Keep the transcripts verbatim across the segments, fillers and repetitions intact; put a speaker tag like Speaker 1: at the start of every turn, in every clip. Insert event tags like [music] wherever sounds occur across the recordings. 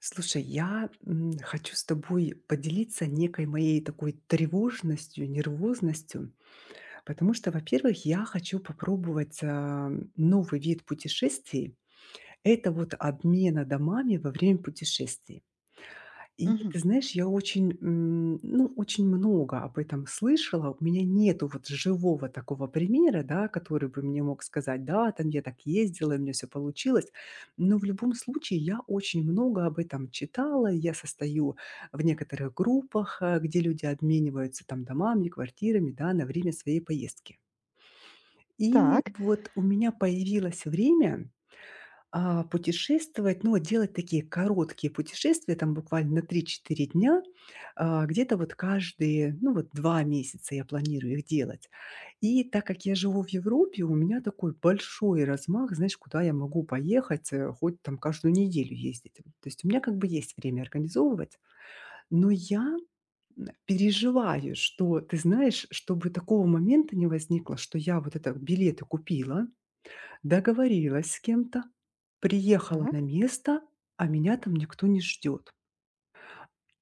Speaker 1: Слушай, я м, хочу с тобой поделиться некой моей такой тревожностью, нервозностью, потому что, во-первых, я хочу попробовать а, новый вид путешествий. Это вот обмена домами во время путешествий. И
Speaker 2: Мгм.
Speaker 1: ты знаешь, я очень, м, ну, очень много об этом слышала. У меня нету вот живого такого примера, да, который бы мне мог сказать: "Да, там я так ездила, и у меня всё получилось". Но в любом случае я очень много об этом читала. Я состою в некоторых группах, э, где люди обмениваются там домами, квартирами, да, на время своей поездки. И
Speaker 2: Так,
Speaker 1: вот у меня появилось время а, путешествовать, ну, вот делать такие короткие путешествия, там буквально на три-четыре дня, а, где-то вот каждые, ну, вот два месяца я планирую их делать. И так как я живу в Европе, у меня такой большой размах, знаешь, куда я могу поехать, э, хоть там каждую неделю ездить. То есть у меня как бы есть время организовывать, но я м, переживаю, что, ты знаешь, чтобы такого момента не возникло, что я вот это билеты купила, договорилась с кем-то, приехала на
Speaker 2: так.
Speaker 1: место, а меня там никто не ждет.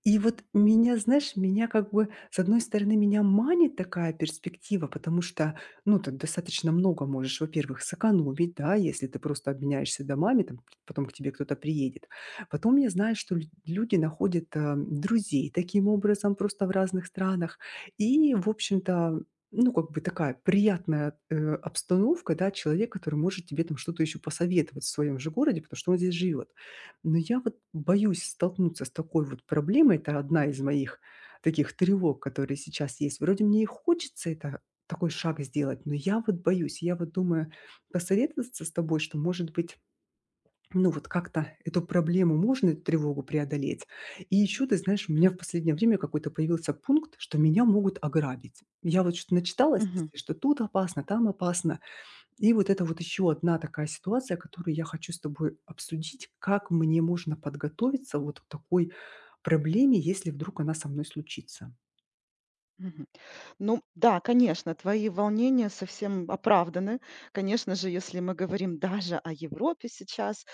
Speaker 1: И вот меня, знаешь, меня как бы, с одной стороны, меня манит такая перспектива, потому что, ну, ты достаточно много можешь, во-первых, сэкономить, да, если ты просто обменяешься домами, там, потом к тебе кто-то приедет. Потом я знаю, что лю- люди находят а, друзей таким образом просто в разных странах. И, в общем-то, ну, как бы такая приятная э, обстановка, да, человек, который может тебе там что-то еще посоветовать в своем же городе, потому что он здесь живет. Но я вот боюсь столкнуться с такой вот проблемой. Это одна из моих таких тревог, которые сейчас есть. Вроде мне и хочется это такой шаг сделать, но я вот боюсь. Я вот думаю посоветоваться с тобой, что, может быть, ну вот как-то эту проблему можно, эту тревогу преодолеть. И еще, ты знаешь, у меня в последнее время какой-то появился пункт, что меня могут ограбить. Я вот что-то начиталась
Speaker 2: Мгм,
Speaker 1: везде, что тут опасно, там опасно. И вот это вот еще одна такая ситуация, которую я хочу с тобой обсудить, как мне можно подготовиться вот к такой проблеме, если вдруг она со мной случится.
Speaker 2: мгм. Ну да, конечно, твои волнения совсем оправданы. Конечно же, если мы говорим даже о Европе сейчас,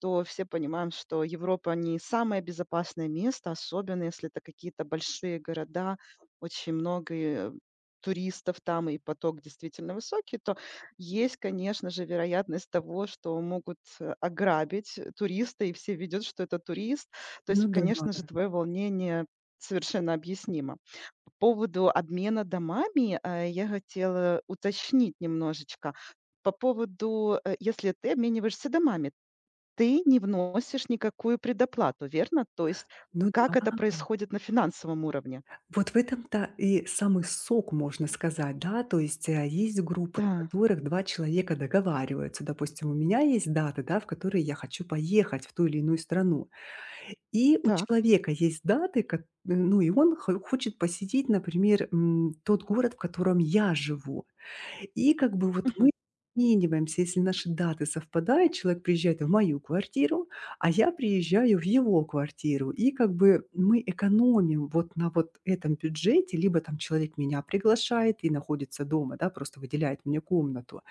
Speaker 2: то все понимаем, что Европа не самое безопасное место, особенно если это какие-то большие города, очень много э, туристов там и поток действительно высокий, то есть, конечно же, вероятность того, что могут э, ограбить э, туриста, и все видят, что это турист. То есть,
Speaker 1: Ну да, ну
Speaker 2: конечно же, твое волнение совершенно объяснимо. По поводу обмена домами э, я хотела уточнить немножечко. По поводу, э, если ты обмениваешься домами, ты не вносишь никакую предоплату, верно? То есть как это
Speaker 1: да.
Speaker 2: происходит на финансовом уровне?
Speaker 1: Вот в этом-то и самый сок, можно сказать, да, то есть э, есть группы, в
Speaker 2: Да,
Speaker 1: которых два человека договариваются. Допустим, у меня есть даты, да, в которые я хочу поехать в ту или иную страну. И у
Speaker 2: так.
Speaker 1: человека есть даты, ко- ну и он хо- хочет посетить, например, м, тот город, в котором я живу. И как бы вот мы
Speaker 2: Мгм.
Speaker 1: обмениваемся, если наши даты совпадают, человек приезжает в мою квартиру, а я приезжаю в его квартиру. И как бы мы экономим вот на вот этом бюджете, либо там человек меня приглашает и находится дома, да, просто выделяет мне комнату.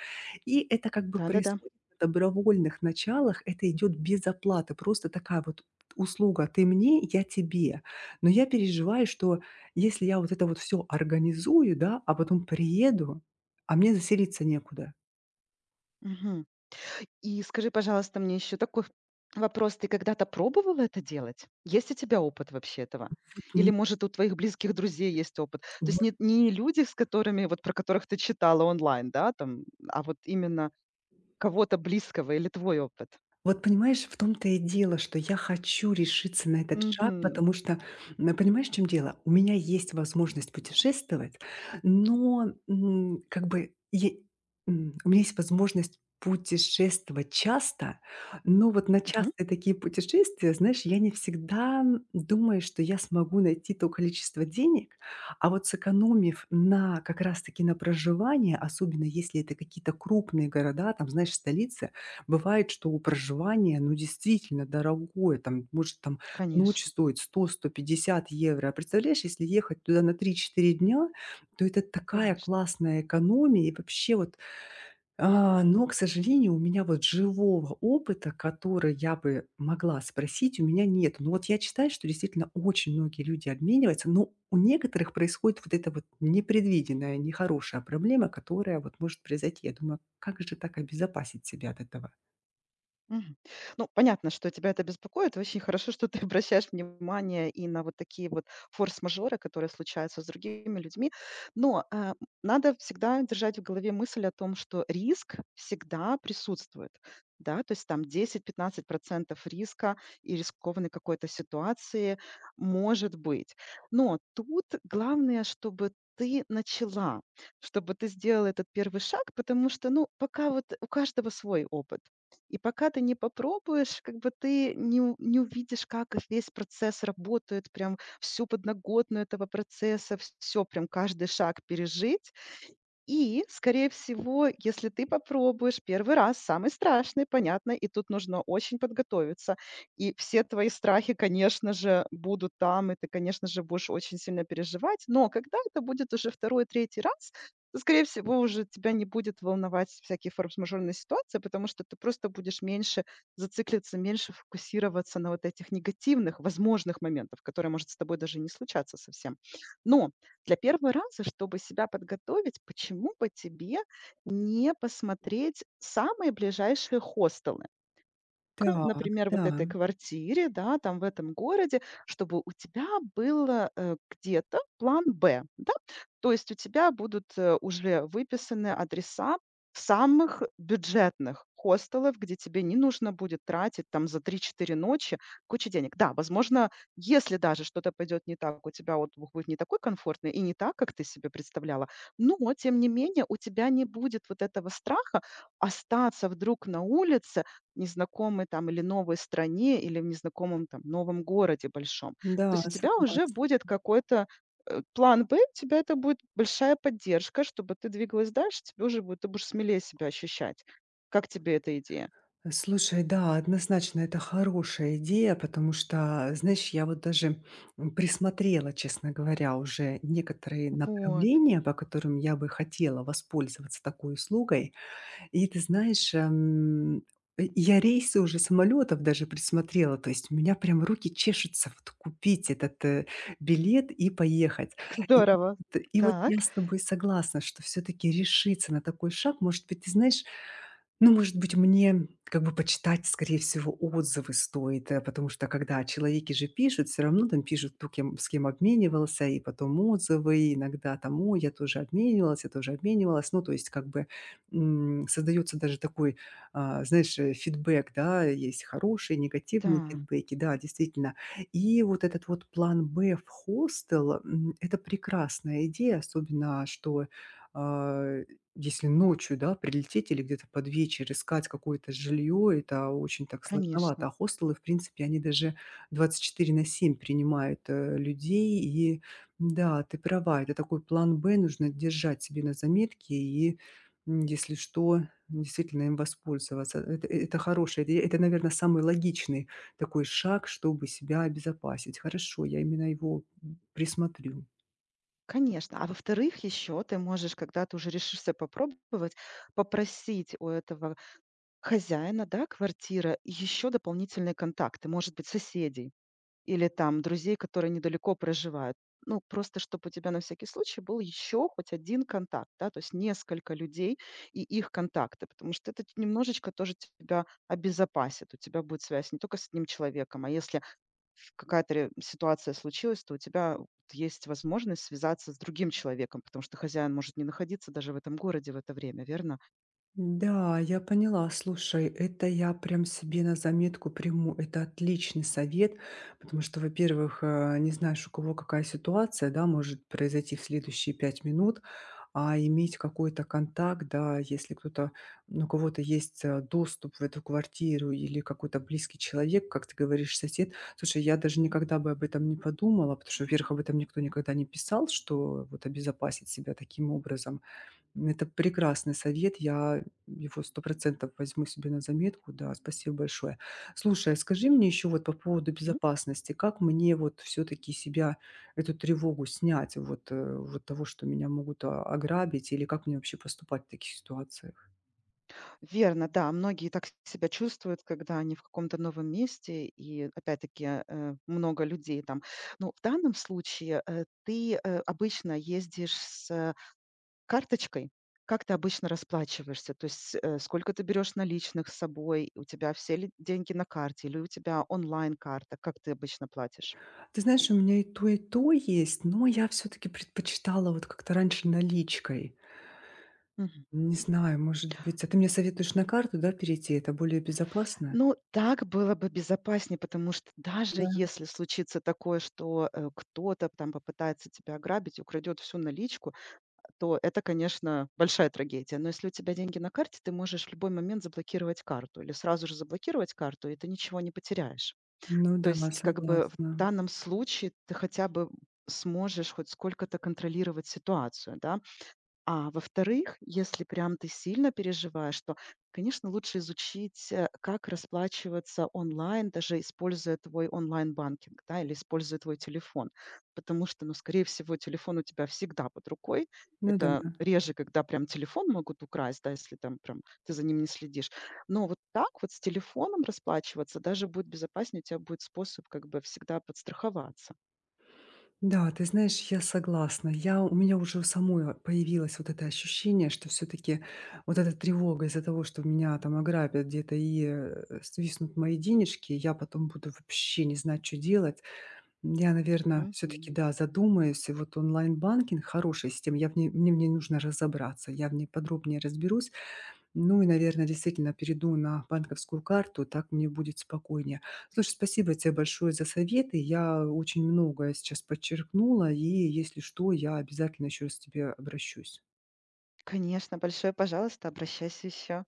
Speaker 1: И это как бы
Speaker 2: Да-да-да.
Speaker 1: происходит на добровольных началах, это идет без оплаты, просто такая вот услуга: ты мне, я тебе. Но я переживаю, что если я вот это вот все организую, да, а потом приеду, а мне заселиться некуда.
Speaker 2: Мгм. И скажи, пожалуйста, мне еще такой вопрос. Ты когда-то пробовала это делать? Есть у тебя опыт вообще этого?
Speaker 1: Вот
Speaker 2: Или,
Speaker 1: н
Speaker 2: может, у твоих близких друзей есть опыт? То есть
Speaker 1: вот
Speaker 2: не, не люди, с которыми, вот про которых ты читала онлайн, да, там, а вот именно кого-то близкого или твой опыт?
Speaker 1: Вот понимаешь, в том-то и дело, что я хочу решиться на этот шаг,
Speaker 2: Мгм.
Speaker 1: потому что, м, понимаешь, в чем дело? У меня есть возможность путешествовать, но м, как бы я- м, у меня есть возможность путешествовать часто, но вот на
Speaker 2: Мгм.
Speaker 1: частые такие путешествия, знаешь, я не всегда думаю, что я смогу найти то количество денег, а вот сэкономив на как раз-таки на проживание, особенно если это какие-то крупные города, там, знаешь, столицы, бывает, что проживание, ну, действительно дорогое, там, может, там ночь
Speaker 2: Конечно,
Speaker 1: стоит сто-сто пятьдесят евро. А представляешь, если ехать туда на три-четыре дня, то это такая
Speaker 2: конечно.
Speaker 1: классная экономия. И вообще вот, а, но, к сожалению, у меня вот живого опыта, который я бы могла спросить, у меня нет. Но вот я читаю, что действительно очень многие люди обмениваются, но у некоторых происходит вот эта вот непредвиденная, нехорошая проблема, которая вот может произойти. Я думаю, как же так обезопасить себя от этого?
Speaker 2: Мгм. Ну, понятно, что тебя это беспокоит. Очень хорошо, что ты [laughs] обращаешь внимание и на вот такие вот форс-мажоры, которые случаются с другими людьми. Но а, м, надо всегда держать в голове мысль о том, что риск всегда присутствует. Да, то есть там десять-пятнадцать процентов риска и рискованной какой-то ситуации может быть. Но тут главное, чтобы ты начала, чтобы ты сделала этот первый шаг, потому что, ну, пока вот у каждого свой опыт. И пока ты не попробуешь, как бы ты не у не увидишь, как их весь процесс работает, прям всю подноготную этого процесса, все прям каждый шаг пережить. И, скорее всего, если ты попробуешь первый раз, самый страшный, понятно, и тут нужно очень подготовиться. И все твои страхи, конечно же, будут там, и ты, конечно же, будешь очень сильно переживать. Но когда это будет уже второй, третий раз, то, скорее всего, уже тебя не будет волновать всякие форс-мажорные ситуации, потому что ты просто будешь меньше зациклиться, меньше фокусироваться на вот этих негативных возможных моментах, которые, может, с тобой даже не случаться совсем. Но для первого раза, чтобы себя подготовить, почему бы тебе не посмотреть самые ближайшие хостелы, к,
Speaker 1: Так,
Speaker 2: например, вот
Speaker 1: да,
Speaker 2: этой квартире, да, там в этом городе, чтобы у тебя было э, где-то план бэ, да, то есть у тебя будут э, уже выписаны адреса самых бюджетных хостелов, где тебе не нужно будет тратить там за три-четыре ночи кучу денег. Да, возможно, если даже что-то пойдет не так, у тебя отдых будет не такой комфортный и не так, как ты себе представляла, но, тем не менее, у тебя не будет вот этого страха остаться вдруг на улице, незнакомой там или новой стране, или в незнакомом там новом городе большом. То
Speaker 1: да,
Speaker 2: есть у тебя
Speaker 1: согласна.
Speaker 2: уже будет какой-то, э, план бэ, у тебя это будет большая поддержка, чтобы ты двигалась дальше, тебе уже будет ты будешь смелее себя ощущать. Как тебе эта идея?
Speaker 1: Слушай, да, однозначно это хорошая идея, потому что, знаешь, я вот даже м, присмотрела, честно говоря, уже некоторые
Speaker 2: Вот,
Speaker 1: направления, по которым я бы хотела воспользоваться такой услугой. И ты знаешь, эм, э, я рейсы уже самолетов даже присмотрела, то есть у меня прям руки чешутся вот купить этот, э, билет и поехать.
Speaker 2: как
Speaker 1: И
Speaker 2: здорово.
Speaker 1: т и вот я
Speaker 2: Так,
Speaker 1: с тобой согласна, что все таки решиться на такой шаг. Может быть, ты знаешь, ну, может быть, мне как бы почитать, скорее всего, отзывы стоит, э, потому что когда человеки же пишут, все равно там пишут, кто кем, с кем обменивался, и потом отзывы, и иногда там, ой, я тоже обменивалась, я тоже обменивалась. Ну, то есть как бы м, создается даже такой, а, знаешь, э, фидбэк, да, есть хорошие, негативные
Speaker 2: да,
Speaker 1: фидбэки, да, действительно. И вот этот вот план «Б» в хостел, м, это прекрасная идея, особенно, что а, если ночью, да, прилететь или где-то под вечер искать какое-то жилье, это очень так сложновато. А
Speaker 2: конечно,
Speaker 1: хостелы, в принципе, они даже двадцать четыре на семь принимают э, людей. И да, ты права, это такой план Б, нужно держать себе на заметке и м, если что, действительно им воспользоваться. Это, это хорошее, это, наверное, самый логичный такой шаг, чтобы себя обезопасить. Хорошо, я именно его м, присмотрю.
Speaker 2: конечно. А во-вторых, еще ты можешь, когда ты уже решишься попробовать, попросить у этого хозяина, да, квартира, еще дополнительные контакты, может быть, соседей. Или там друзей, которые недалеко проживают. Ну, просто чтобы у тебя на всякий случай был еще хоть один контакт, да, то есть несколько людей и их контакты, потому что это немножечко тоже тебя обезопасит. У тебя будет связь не только с одним человеком, а если какая-то ре- ситуация случилась, то у тебя вот есть возможность связаться с другим человеком, потому что хозяин может не находиться даже в этом городе в это время, верно?
Speaker 1: Да, я поняла. Слушай, это я прям себе на заметку приму. Это отличный совет, потому что, во-первых, э, не знаешь, у кого какая ситуация, да, может произойти в следующие пять минут, а иметь какой-то контакт, да, если кто-то, ну, у кого-то есть э, доступ в эту квартиру или какой-то близкий человек, как ты говоришь, сосед. Слушай, я даже никогда бы об этом не подумала, потому что, во-первых, об этом никто никогда не писал, что вот обезопасить себя таким образом. Это прекрасный совет, я его сто процентов возьму себе на заметку. Да, спасибо большое. Слушай, а скажи мне еще вот по поводу безопасности. Как мне вот все-таки себя, эту тревогу снять вот, э, вот того, что меня могут а, ограбить, или как мне вообще поступать в таких ситуациях?
Speaker 2: Верно, да. Многие так себя чувствуют, когда они в каком-то новом месте, и опять-таки э, э, много людей там. Но в данном случае э, ты э, обычно ездишь с э, карточкой. Как ты обычно расплачиваешься? То есть э, сколько ты берешь наличных с собой? У тебя все ли деньги на карте или у тебя онлайн-карта? Как ты обычно платишь?
Speaker 1: Ты знаешь, у меня и то, и то есть, но я все-таки предпочитала вот как-то раньше наличкой.
Speaker 2: Мгм.
Speaker 1: Не знаю, может быть, а ты мне советуешь на карту, да, перейти? Это более безопасно?
Speaker 2: Ну, так было бы безопаснее, потому что даже
Speaker 1: Да.
Speaker 2: если случится такое, что э, кто-то там попытается тебя ограбить, украдет всю наличку, то это, конечно, большая трагедия. Но если у тебя деньги на карте, ты можешь в любой момент заблокировать карту или сразу же заблокировать карту, и ты ничего не потеряешь.
Speaker 1: Ну
Speaker 2: То
Speaker 1: да,
Speaker 2: есть, как бы в
Speaker 1: согласна.
Speaker 2: данном случае ты хотя бы сможешь хоть сколько-то контролировать ситуацию, да, а во-вторых, если прям ты сильно переживаешь, то, конечно, лучше изучить, э, как расплачиваться онлайн, даже используя твой онлайн-банкинг, да, или используя твой телефон. Потому что, ну, скорее всего, телефон у тебя всегда под рукой.
Speaker 1: Ну да.
Speaker 2: Это реже, когда прям телефон могут украсть, да, если там прям ты за ним не следишь. Но вот так вот с телефоном расплачиваться даже будет безопаснее, у тебя будет способ как бы всегда подстраховаться.
Speaker 1: Да, ты знаешь, я согласна. Я, у меня уже у самой появилось вот это ощущение, что все-таки вот эта тревога из-за того, что меня там ограбят где-то и э, свистнут мои денежки, я потом буду вообще не знать, что делать. Я, наверное, все-таки,
Speaker 2: Мгм.
Speaker 1: да, задумаюсь. И вот онлайн-банкинг хорошая система, я в ней, мне в ней нужно разобраться, я в ней подробнее разберусь. Ну и, наверное, действительно перейду на банковскую карту, так мне будет спокойнее. Слушай, спасибо тебе большое за советы. Я очень многое сейчас подчеркнула, и если что, я обязательно еще раз к тебе обращусь.
Speaker 2: Конечно, большое пожалуйста, обращайся еще.